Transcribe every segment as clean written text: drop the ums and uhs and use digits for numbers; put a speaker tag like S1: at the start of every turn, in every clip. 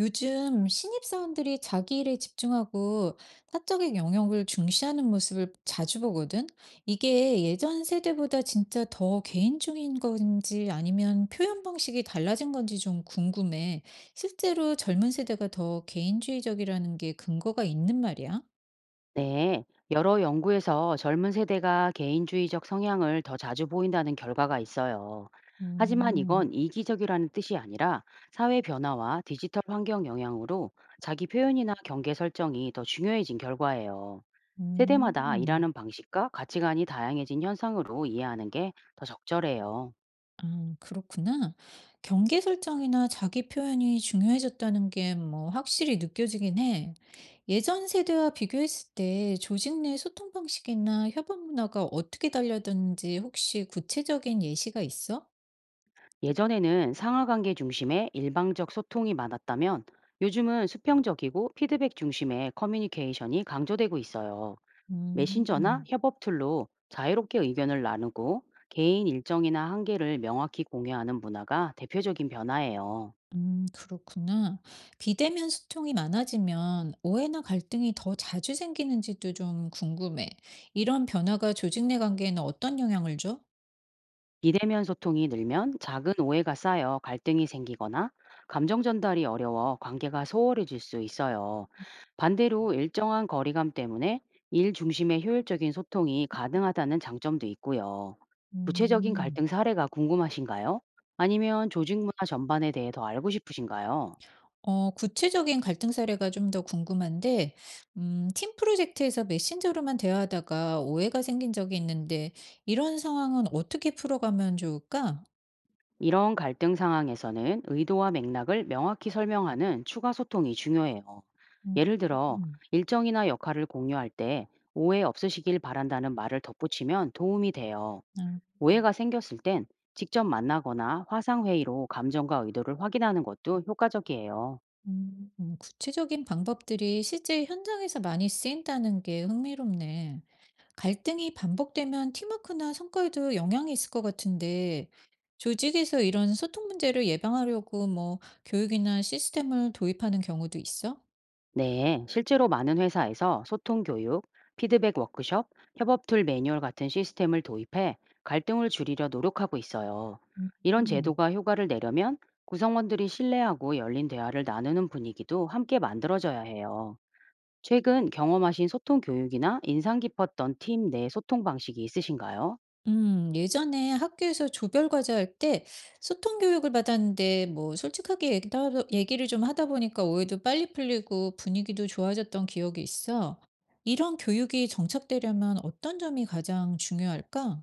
S1: 요즘 신입사원들이 자기 일에 집중하고 사적인 영역을 중시하는 모습을 자주 보거든? 이게 예전 세대보다 진짜 더 개인중인 건지 아니면 표현 방식이 달라진 건지 좀 궁금해. 실제로 젊은 세대가 더 개인주의적이라는 게 근거가 있는 말이야?
S2: 네, 여러 연구에서 젊은 세대가 개인주의적 성향을 더 자주 보인다는 결과가 있어요. 하지만
S1: 음.
S2: 이건 이기적이라는 뜻이 아니라 사회 변화와 디지털 환경 영향으로 자기 표현이나 경계 설정이 더 중요해진 결과예요. 세대마다
S1: 음.
S2: 일하는 방식과 가치관이 다양해진 현상으로 이해하는 게 더 적절해요.
S1: 아, 그렇구나. 경계 설정이나 자기 표현이 중요해졌다는 게 뭐 확실히 느껴지긴 해. 예전 세대와 비교했을 때 조직 내 소통 방식이나 협업 문화가 어떻게 달라졌는지 혹시 구체적인 예시가 있어?
S2: 예전에는 상하 관계 중심의 일방적 소통이 많았다면 요즘은 수평적이고 피드백 중심의 커뮤니케이션이 강조되고 있어요. 메신저나
S1: 음.
S2: 협업 툴로 자유롭게 의견을 나누고 개인 일정이나 한계를 명확히 공유하는 문화가 대표적인 변화예요.
S1: 음. 그렇구나. 비대면 소통이 많아지면 오해나 갈등이 더 자주 생기는지도 좀 궁금해. 이런 변화가 조직 내 관계에는 어떤 영향을 줘?
S2: 비대면 소통이 늘면 작은 오해가 쌓여 갈등이 생기거나 감정 전달이 어려워 관계가 소홀해질 수 있어요. 반대로 일정한 거리감 때문에 일 중심의 효율적인 소통이 가능하다는 장점도 있고요. 구체적인
S1: 음.
S2: 갈등 사례가 궁금하신가요? 아니면 조직 문화 전반에 대해 더 알고 싶으신가요?
S1: 어, 구체적인 갈등 사례가 좀 더 궁금한데. 팀 프로젝트에서 메신저로만 대화하다가 오해가 생긴 적이 있는데 이런 상황은 어떻게 풀어가면 좋을까?
S2: 이런 갈등 상황에서는 의도와 맥락을 명확히 설명하는 추가 소통이 중요해요.
S1: 음.
S2: 예를
S1: 음.
S2: 들어,
S1: 음.
S2: 일정이나 역할을 공유할 때 오해 없으시길 바란다는 말을 덧붙이면 도움이 돼요.
S1: 아.
S2: 오해가 생겼을 땐 직접 만나거나 화상회의로 감정과 의도를 확인하는 것도 효과적이에요.
S1: 음. 음. 구체적인 방법들이 실제 현장에서 많이 쓰인다는 게 흥미롭네. 갈등이 반복되면 팀워크나 성과에도 영향이 있을 것 같은데 조직에서 이런 소통 문제를 예방하려고 뭐 교육이나 시스템을 도입하는 경우도 있어?
S2: 네, 실제로 많은 회사에서 소통 교육, 피드백 워크숍, 협업 툴 매뉴얼 같은 시스템을 도입해 갈등을 줄이려 노력하고 있어요. 이런
S1: 음.
S2: 제도가 효과를 내려면 구성원들이 신뢰하고 열린 대화를 나누는 분위기도 함께 만들어져야 해요. 최근 경험하신 소통 교육이나 인상 깊었던 팀 내 소통 방식이 있으신가요?
S1: 예전에 학교에서 조별 과제할 때 소통 교육을 받았는데 뭐 솔직하게 얘기를 좀 하다 보니까 오해도 빨리 풀리고 분위기도 좋아졌던 기억이 있어. 이런 교육이 정착되려면 어떤 점이 가장 중요할까?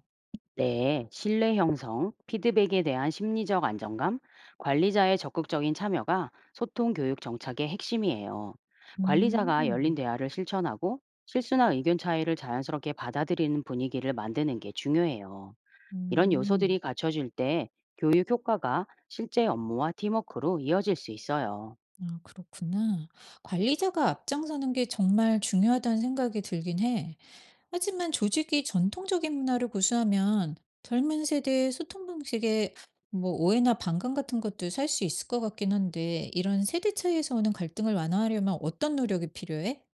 S2: 네, 신뢰 형성, 피드백에 대한 심리적 안정감, 관리자의 적극적인 참여가 소통 교육 정착의 핵심이에요. 관리자가 열린
S1: 음.
S2: 대화를 실천하고 실수나 의견 차이를 자연스럽게 받아들이는 분위기를 만드는 게 중요해요. 이런
S1: 음.
S2: 요소들이 갖춰질 때 교육 효과가 실제 업무와 팀워크로 이어질 수 있어요.
S1: 아, 그렇구나. 관리자가 앞장서는 게 정말 중요하다는 생각이 들긴 해. 하지만 조직이 전통적인 문화를 고수하면 젊은 세대의 소통 방식에 뭐 오해나 반감 같은 것도 살 수 있을 것 같긴 한데, 이런 세대 차이에서 오는 갈등을 완화하려면 어떤 노력이 필요해?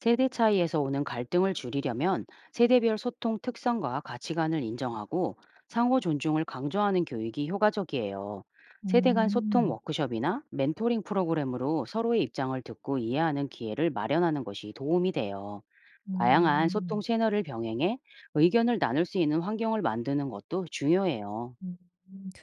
S2: 세대 차이에서 오는 갈등을 줄이려면 세대별 소통 특성과 가치관을 인정하고 상호 존중을 강조하는 교육이 효과적이에요. 세대 간 소통
S1: 음.
S2: 워크숍이나 멘토링 프로그램으로 서로의 입장을 듣고 이해하는 기회를 마련하는 것이 도움이 돼요. 다양한 소통
S1: 음.
S2: 채널을 병행해 의견을 나눌 수 있는 환경을 만드는 것도 중요해요.
S1: 음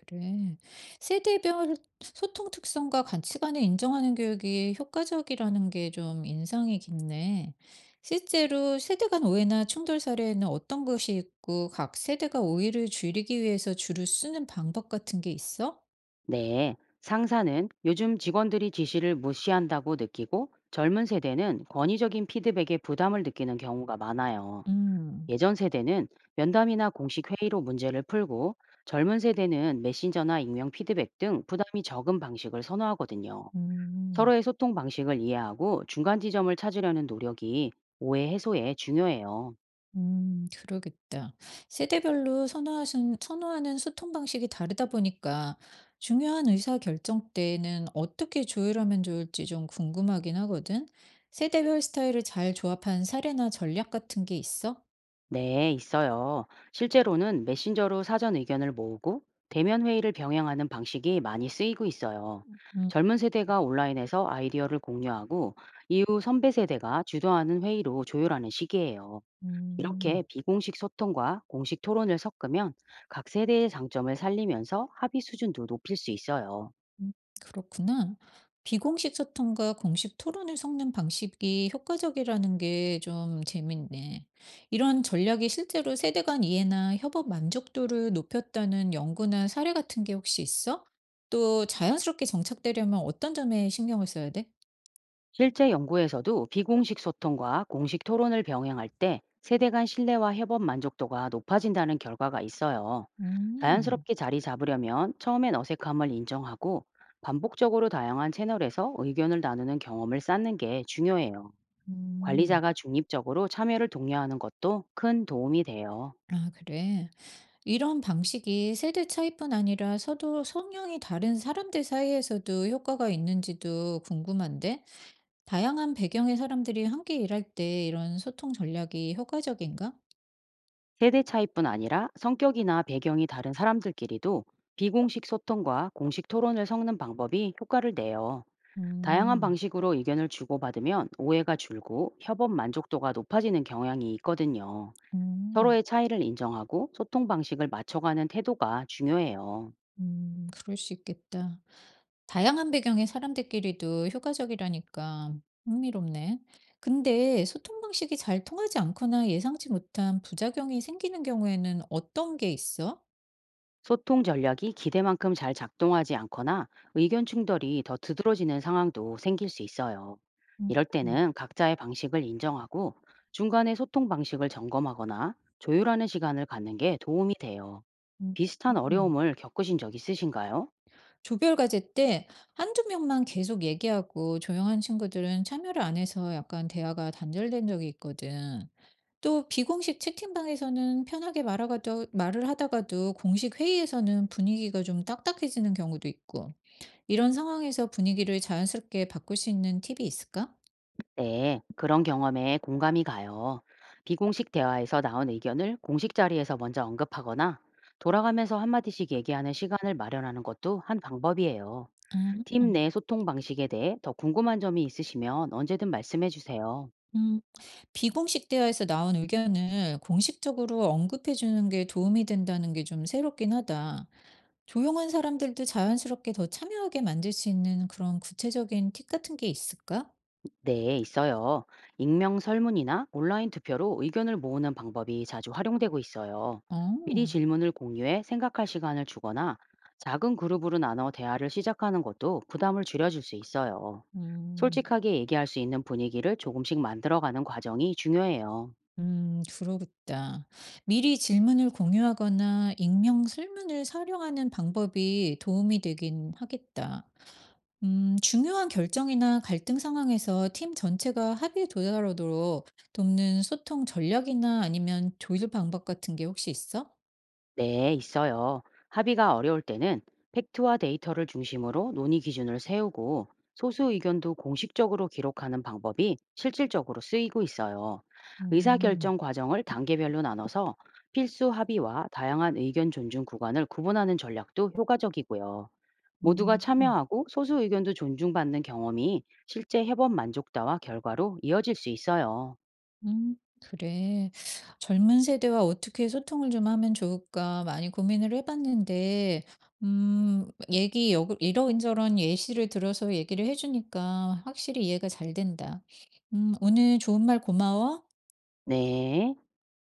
S1: 그래. 세대별 소통 특성과 가치관을 인정하는 교육이 효과적이라는 게 좀 인상이 깊네. 실제로 세대 간 오해나 충돌 사례에는 어떤 것이 있고 각 세대가 오해를 줄이기 위해서 주로 쓰는 방법 같은 게 있어?
S2: 네, 상사는 요즘 직원들이 지시를 무시한다고 느끼고 젊은 세대는 권위적인 피드백에 부담을 느끼는 경우가 많아요.
S1: 음.
S2: 예전 세대는 면담이나 공식 회의로 문제를 풀고 젊은 세대는 메신저나 익명 피드백 등 부담이 적은 방식을 선호하거든요.
S1: 음.
S2: 서로의 소통 방식을 이해하고 중간 지점을 찾으려는 노력이 오해 해소에 중요해요.
S1: 그러겠다. 세대별로 선호하신 선호하는 소통 방식이 다르다 보니까 중요한 의사결정 때에는 어떻게 조율하면 좋을지 좀 궁금하긴 하거든. 세대별 스타일을 잘 조합한 사례나 전략 같은 게 있어?
S2: 네, 있어요. 실제로는 메신저로 사전 의견을 모으고 대면 회의를 병행하는 방식이 많이 쓰이고 있어요.
S1: 음.
S2: 젊은 세대가 온라인에서 아이디어를 공유하고 이후 선배 세대가 주도하는 회의로 조율하는 시기예요. 이렇게
S1: 음.
S2: 비공식 소통과 공식 토론을 섞으면 각 세대의 장점을 살리면서 합의 수준도 높일 수 있어요.
S1: 음 그렇구나. 비공식 소통과 공식 토론을 섞는 방식이 효과적이라는 게 좀 재밌네. 이런 전략이 실제로 세대 간 이해나 협업 만족도를 높였다는 연구나 사례 같은 게 혹시 있어? 또 자연스럽게 정착되려면 어떤 점에 신경을 써야 돼?
S2: 실제 연구에서도 비공식 소통과 공식 토론을 병행할 때 세대 간 신뢰와 협업 만족도가 높아진다는 결과가 있어요.
S1: 음.
S2: 자연스럽게 자리 잡으려면 처음엔 어색함을 인정하고 반복적으로 다양한 채널에서 의견을 나누는 경험을 쌓는 게 중요해요.
S1: 음.
S2: 관리자가 중립적으로 참여를 독려하는 것도 큰 도움이 돼요.
S1: 아, 그래. 이런 방식이 세대 차이뿐 아니라 서로 성향이 다른 사람들 사이에서도 효과가 있는지도 궁금한데? 다양한 배경의 사람들이 함께 일할 때 이런 소통 전략이 효과적인가?
S2: 세대 차이뿐 아니라 성격이나 배경이 다른 사람들끼리도 비공식 소통과 공식 토론을 섞는 방법이 효과를 내요. 다양한
S1: 음.
S2: 방식으로 의견을 주고받으면 오해가 줄고 협업 만족도가 높아지는 경향이 있거든요.
S1: 음.
S2: 서로의 차이를 인정하고 소통 방식을 맞춰가는 태도가 중요해요.
S1: 그럴 수 있겠다. 다양한 배경의 사람들끼리도 효과적이라니까 흥미롭네. 근데 소통 방식이 잘 통하지 않거나 예상치 못한 부작용이 생기는 경우에는 어떤 게 있어?
S2: 소통 전략이 기대만큼 잘 작동하지 않거나 의견 충돌이 더 두드러지는 상황도 생길 수 있어요.
S1: 음.
S2: 이럴
S1: 음.
S2: 때는 각자의 방식을 인정하고 중간에 소통 방식을 점검하거나 조율하는 시간을 갖는 게 도움이 돼요.
S1: 음.
S2: 비슷한
S1: 음.
S2: 어려움을 겪으신 적 있으신가요?
S1: 조별 과제 때 한두 명만 계속 얘기하고 조용한 친구들은 참여를 안 해서 약간 대화가 단절된 적이 있거든. 또 비공식 채팅방에서는 편하게 말을 하다가도 공식 회의에서는 분위기가 좀 딱딱해지는 경우도 있고, 이런 상황에서 분위기를 자연스럽게 바꿀 수 있는 팁이 있을까?
S2: 네, 그런 경험에 공감이 가요. 비공식 대화에서 나온 의견을 공식 자리에서 먼저 언급하거나 돌아가면서 한마디씩 얘기하는 시간을 마련하는 것도 한 방법이에요. 팀
S1: 아.
S2: 내 소통 방식에 대해 더 궁금한 점이 있으시면 언제든 말씀해 주세요.
S1: 음. 비공식 대화에서 나온 의견을 공식적으로 언급해 주는 게 도움이 된다는 게 좀 새롭긴 하다. 조용한 사람들도 자연스럽게 더 참여하게 만들 수 있는 그런 구체적인 팁 같은 게 있을까?
S2: 네, 있어요. 익명 설문이나 온라인 투표로 의견을 모으는 방법이 자주 활용되고 있어요. 미리
S1: 어.
S2: 질문을 공유해 생각할 시간을 주거나 작은 그룹으로 나눠 대화를 시작하는 것도 부담을 줄여줄 수 있어요.
S1: 음.
S2: 솔직하게 얘기할 수 있는 분위기를 조금씩 만들어가는 과정이 중요해요.
S1: 그러겠다. 미리 질문을 공유하거나 익명 설문을 활용하는 방법이 도움이 되긴 하겠다. 중요한 결정이나 갈등 상황에서 팀 전체가 합의에 도달하도록 돕는 소통 전략이나 아니면 조율 방법 같은 게 혹시 있어?
S2: 네, 있어요. 합의가 어려울 때는 팩트와 데이터를 중심으로 논의 기준을 세우고 소수 의견도 공식적으로 기록하는 방법이 실질적으로 쓰이고 있어요.
S1: 음.
S2: 의사결정 과정을 단계별로 나눠서 필수 합의와 다양한 의견 존중 구간을 구분하는 전략도 효과적이고요. 모두가
S1: 음. 음.
S2: 참여하고 소수 의견도 존중받는 경험이 실제 해법 만족도와 결과로 이어질 수 있어요.
S1: 음, 그래. 젊은 세대와 어떻게 소통을 좀 하면 좋을까 많이 고민을 해봤는데, 이러저런 예시를 들어서 얘기를 해주니까 확실히 이해가 잘 된다. 오늘 좋은 말 고마워.
S2: 네.